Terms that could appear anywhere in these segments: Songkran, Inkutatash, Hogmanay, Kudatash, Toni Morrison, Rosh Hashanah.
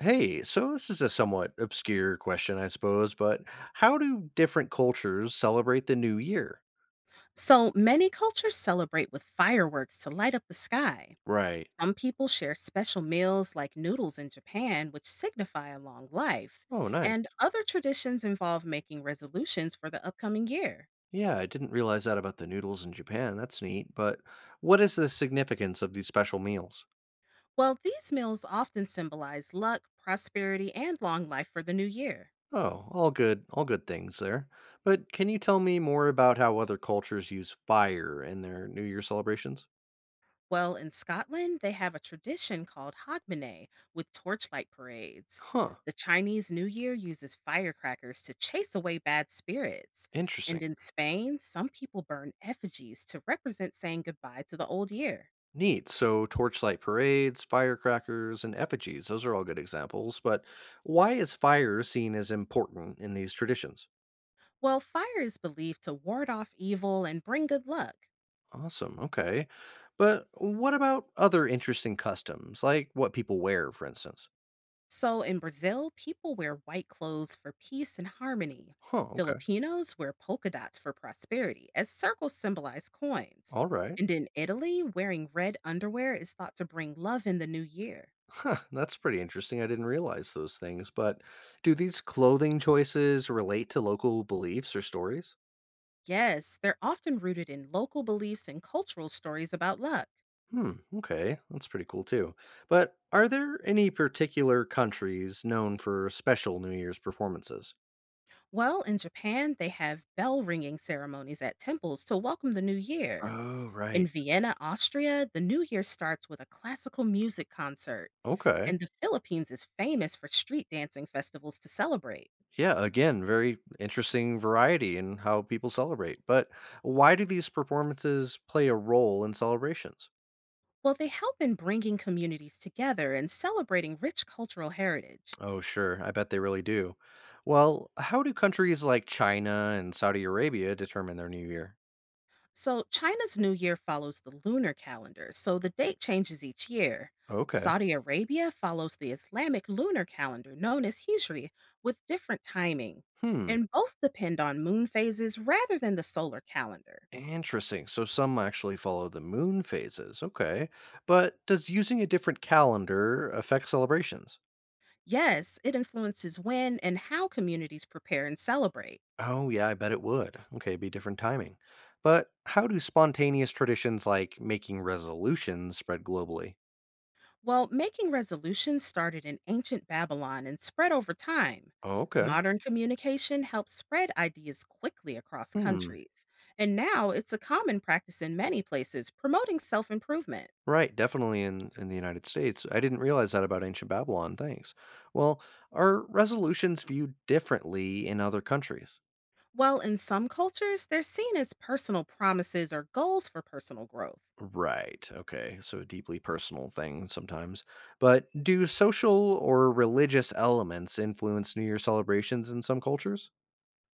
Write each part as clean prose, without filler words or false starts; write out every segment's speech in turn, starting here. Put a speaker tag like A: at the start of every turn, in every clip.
A: Hey, so this is a somewhat obscure question, I suppose, but how do different cultures celebrate the new year?
B: So many cultures celebrate with fireworks to light up the sky.
A: Right.
B: Some people share special meals like noodles in Japan, which signify a long life.
A: Oh, nice.
B: And other traditions involve making resolutions for the upcoming year.
A: Yeah, I didn't realize that about the noodles in Japan. That's neat, but what is the significance of these special meals?
B: Well, these meals often symbolize luck, prosperity, and long life for the new year.
A: Oh, all good things there. But can you tell me more about how other cultures use fire in their New Year celebrations?
B: Well, in Scotland, they have a tradition called Hogmanay with torchlight parades.
A: Huh,
B: The Chinese New Year uses firecrackers to chase away bad spirits.
A: interesting.
B: And in Spain, some people burn effigies to represent saying goodbye to the old year.
A: Neat. So torchlight parades, firecrackers, and effigies, those are all good examples. But why is fire seen as important in these traditions?
B: Well, fire is believed to ward off evil and bring good luck.
A: Awesome. Okay. But what about other interesting customs, like what people wear, for instance?
B: So in Brazil, people wear white clothes for peace and harmony.
A: Huh, okay.
B: Filipinos wear polka dots for prosperity, as circles symbolize coins.
A: All right.
B: And in Italy, wearing red underwear is thought to bring love in the new year.
A: Huh, that's pretty interesting. I didn't realize those things. But do these clothing choices relate to local beliefs or stories?
B: Yes, they're often rooted in local beliefs and cultural stories about luck.
A: Hmm. Okay. That's pretty cool too. But are there any particular countries known for special New Year's performances?
B: Well, in Japan, they have bell ringing ceremonies at temples to welcome the new year.
A: Oh,
B: In
A: right.
B: Vienna, Austria, the new year starts with a classical music concert,
A: Okay.
B: and the Philippines is famous for street dancing festivals to celebrate.
A: Yeah. Again, very interesting variety in how people celebrate. But why do these performances play a role in celebrations?
B: Well, they help in bringing communities together and celebrating rich cultural heritage.
A: Oh, sure. I bet they really do. Well, how do countries like China and Saudi Arabia determine their new year?
B: So, China's New Year follows the lunar calendar, so the date changes each year.
A: Okay.
B: Saudi Arabia follows the Islamic lunar calendar known as Hijri with different timing,
A: Hmm.
B: and both depend on moon phases rather than the solar calendar.
A: Interesting. So some actually follow the moon phases. Okay. But does using a different calendar affect celebrations?
B: Yes, it influences when and how communities prepare and celebrate.
A: Oh, yeah, I bet it would. Okay, be different timing. But how do spontaneous traditions like making resolutions spread globally?
B: Well, making resolutions started in ancient Babylon and spread over time.
A: Oh, okay.
B: Modern communication helps spread ideas quickly across
A: Hmm.
B: countries. And now it's a common practice in many places, promoting self improvement.
A: Right, definitely in the United States. I didn't realize that about ancient Babylon. Thanks. Well, are resolutions viewed differently in other countries?
B: While in some cultures, they're seen as personal promises or goals for personal growth.
A: Right. Okay. So a deeply personal thing sometimes. But do social or religious elements influence New Year celebrations in some cultures?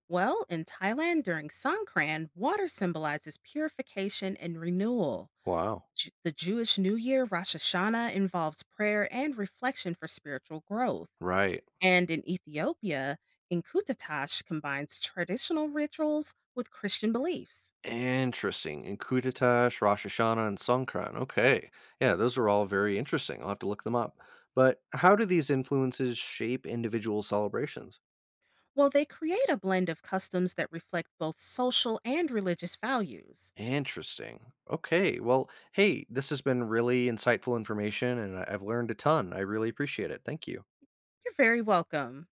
B: Well, in Thailand during Songkran, water symbolizes purification and renewal.
A: Wow.
B: The Jewish New Year, Rosh Hashanah, involves prayer and reflection for spiritual growth.
A: Right.
B: And in Ethiopia, Inkutatash combines traditional rituals with Christian beliefs.
A: Interesting. And Kudatash, Rosh Hashanah, and Songkran. Okay. Yeah, those are all very interesting. I'll have to look them up. But how do these influences shape individual celebrations?
B: Well, they create a blend of customs that reflect both social and religious values.
A: Interesting. Okay. Well, hey, this has been really insightful information and I've learned a ton. I really appreciate it. Thank you.
B: You're very welcome.